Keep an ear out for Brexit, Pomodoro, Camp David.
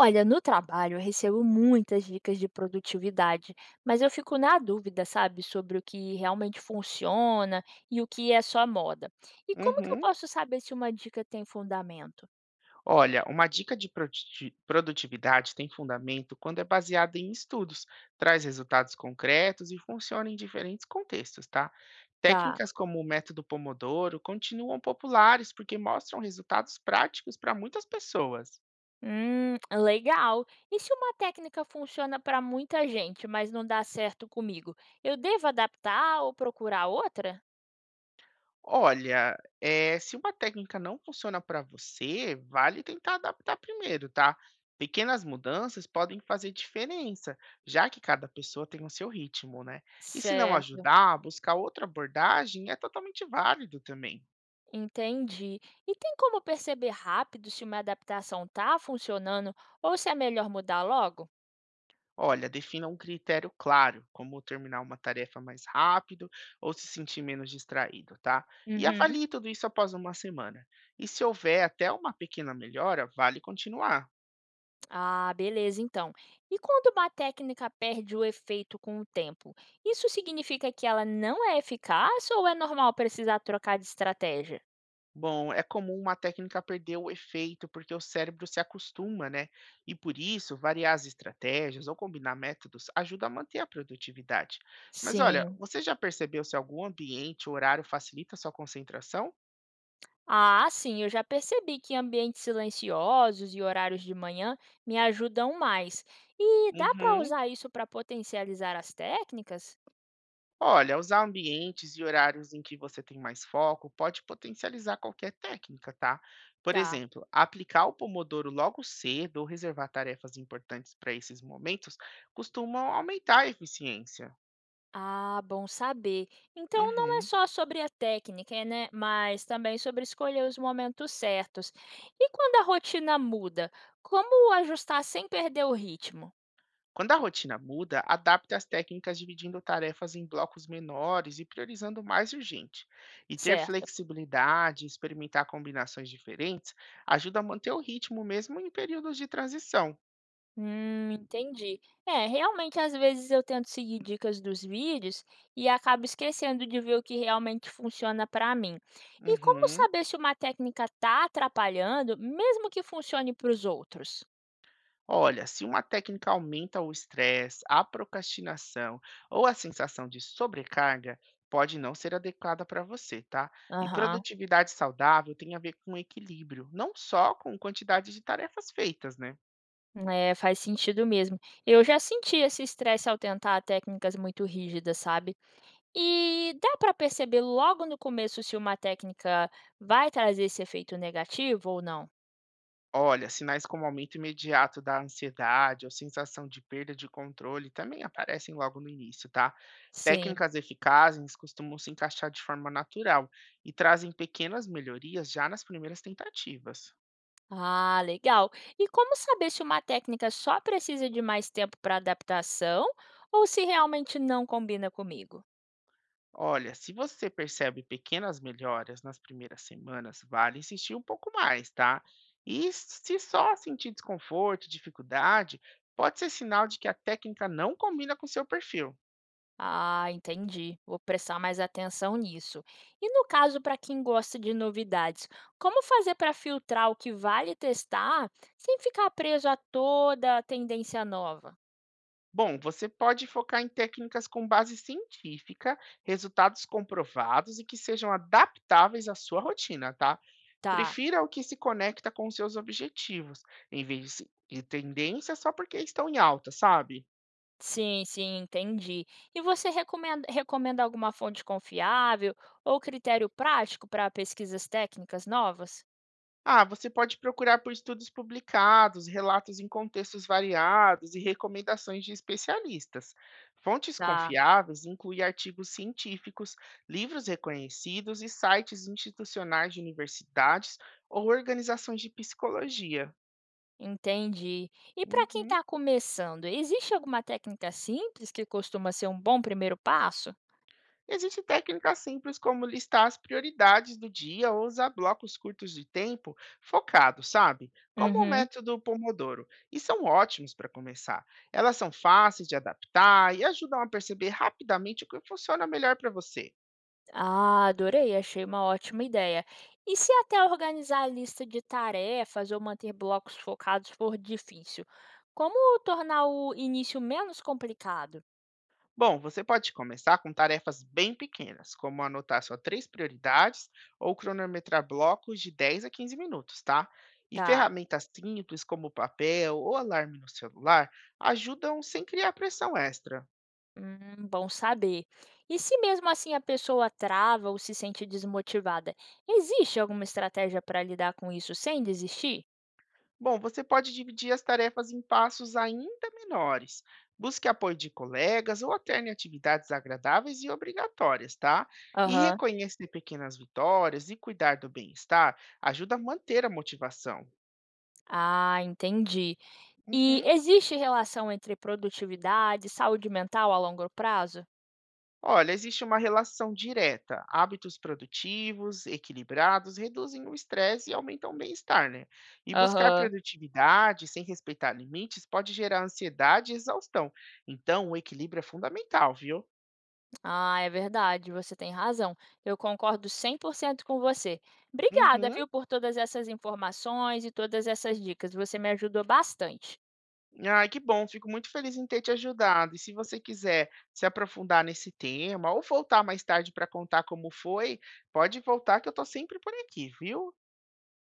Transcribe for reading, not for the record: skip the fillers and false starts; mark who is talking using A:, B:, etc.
A: Olha, no trabalho eu recebo muitas dicas de produtividade, mas eu fico na dúvida, sabe, sobre o que realmente funciona e o que é só moda. E como que eu
B: Uhum.
A: posso saber se uma dica tem fundamento?
B: Olha, uma dica de produtividade tem fundamento quando é baseada em estudos, traz resultados concretos e funciona em diferentes contextos, tá?
A: Tá.
B: Técnicas como o método Pomodoro continuam populares porque mostram resultados práticos para muitas pessoas.
A: Legal. E se uma técnica funciona para muita gente, mas não dá certo comigo? Eu devo adaptar ou procurar outra?
B: Olha, se uma técnica não funciona para você, vale tentar adaptar primeiro, tá? Pequenas mudanças podem fazer diferença, já que cada pessoa tem o seu ritmo, né? E se não
A: Certo.
B: ajudar, buscar outra abordagem é totalmente válido também.
A: Entendi. E tem como perceber rápido se uma adaptação tá funcionando ou se é melhor mudar logo?
B: Olha, defina um critério claro, como terminar uma tarefa mais rápido ou se sentir menos distraído, tá? E
A: Uhum.
B: avalie tudo isso após uma semana. E se houver até uma pequena melhora, vale continuar.
A: Ah, beleza, então. E quando uma técnica perde o efeito com o tempo, isso significa que ela não é eficaz ou é normal precisar trocar de estratégia?
B: Bom, é comum uma técnica perder o efeito porque o cérebro se acostuma, né? E por isso, variar as estratégias ou combinar métodos ajuda a manter a produtividade. Mas olha,
A: Sim.
B: você já percebeu se algum ambiente ou horário facilita a sua concentração?
A: Ah, sim, eu já percebi que ambientes silenciosos e horários de manhã me ajudam mais. E dá para
B: Uhum.
A: usar isso para potencializar as técnicas?
B: Olha, usar ambientes e horários em que você tem mais foco pode potencializar qualquer técnica, tá? Por
A: Tá.
B: exemplo, aplicar o Pomodoro logo cedo ou reservar tarefas importantes para esses momentos costumam aumentar a eficiência.
A: Ah, bom saber. Então não é
B: Uhum.
A: só sobre a técnica, né? Mas também sobre escolher os momentos certos. E quando a rotina muda, como ajustar sem perder o ritmo,
B: Quando a rotina muda, adapte as técnicas dividindo tarefas em blocos menores e priorizando o mais urgente. E ter
A: certo?
B: flexibilidade, experimentar combinações diferentes, ajuda a manter o ritmo mesmo em períodos de transição.
A: Entendi. É, realmente às vezes eu tento seguir dicas dos vídeos e acabo esquecendo de ver o que realmente funciona para mim. E como
B: Uhum.
A: saber se uma técnica está atrapalhando, mesmo que funcione para os outros?
B: Olha, se uma técnica aumenta o estresse, a procrastinação ou a sensação de sobrecarga, pode não ser adequada para você, tá? E
A: Aham.
B: produtividade saudável tem a ver com equilíbrio, não só com quantidade de tarefas feitas, né?
A: É, faz sentido mesmo. Eu já senti esse estresse ao tentar técnicas muito rígidas, sabe? E dá para perceber logo no começo se uma técnica vai trazer esse efeito negativo ou não?
B: Olha, sinais como aumento imediato da ansiedade ou sensação de perda de controle também aparecem logo no início, tá?
A: Sim.
B: Técnicas eficazes costumam se encaixar de forma natural e trazem pequenas melhorias já nas primeiras tentativas.
A: Ah, legal. E como saber se uma técnica só precisa de mais tempo para adaptação ou se realmente não combina comigo?
B: Olha, se você percebe pequenas melhoras nas primeiras semanas, vale insistir um pouco mais, tá? E se só sentir desconforto, dificuldade, pode ser sinal de que a técnica não combina com seu perfil.
A: Ah, entendi. Vou prestar mais atenção nisso. E no caso, para quem gosta de novidades, como fazer para filtrar o que vale testar sem ficar preso a toda a tendência nova?
B: Bom, você pode focar em técnicas com base científica, resultados comprovados e que sejam adaptáveis à sua rotina, tá?
A: Tá.
B: Prefira o que se conecta com seus objetivos, em vez de se- de tendências só porque estão em alta, sabe?
A: Sim, sim, entendi. E você recomenda alguma fonte confiável ou critério prático para pesquisas técnicas novas?
B: Ah, você pode procurar por estudos publicados, relatos em contextos variados e recomendações de especialistas. Fontes
A: Tá,
B: confiáveis incluem artigos científicos, livros reconhecidos e sites institucionais de universidades ou organizações de psicologia.
A: entendi. E para quem
B: Uhum.
A: está começando, existe alguma técnica simples que costuma ser um bom primeiro passo?
B: Existe técnica simples como listar as prioridades do dia ou usar blocos curtos de tempo focados, sabe? Como o
A: Uhum.
B: método Pomodoro. E são ótimos para começar. Elas são fáceis de adaptar e ajudam a perceber rapidamente o que funciona melhor para você.
A: Ah, adorei, achei uma ótima ideia. E se até organizar a lista de tarefas ou manter blocos focados for difícil, como tornar o início menos complicado?
B: Bom, você pode começar com tarefas bem pequenas, como anotar só três prioridades ou cronometrar blocos de 10 a 15 minutos, tá? E
A: Tá,
B: ferramentas simples como papel ou alarme no celular ajudam sem criar pressão extra.
A: bom saber. E se mesmo assim a pessoa trava ou se sente desmotivada, existe alguma estratégia para lidar com isso sem desistir?
B: Bom, você pode dividir as tarefas em passos ainda menores. Busque apoio de colegas ou alterne atividades agradáveis e obrigatórias, tá? E
A: Aham,
B: reconhecer pequenas vitórias e cuidar do bem-estar ajuda a manter a motivação.
A: ah, entendi. E
B: Uhum.
A: existe relação entre produtividade e saúde mental a longo prazo?
B: Olha, existe uma relação direta. Hábitos produtivos, equilibrados, reduzem o estresse e aumentam o bem-estar, né? E buscar
A: Aham.
B: produtividade sem respeitar limites pode gerar ansiedade e exaustão. Então, o equilíbrio é fundamental, viu?
A: Ah, é verdade, você tem razão. Eu concordo 100% com você. Obrigada,
B: Uhum.
A: viu, por todas essas informações e todas essas dicas. Você me ajudou bastante.
B: Ai, que bom, fico muito feliz em ter te ajudado. E se você quiser se aprofundar nesse tema ou voltar mais tarde para contar como foi, pode voltar que eu estou sempre por aqui, viu?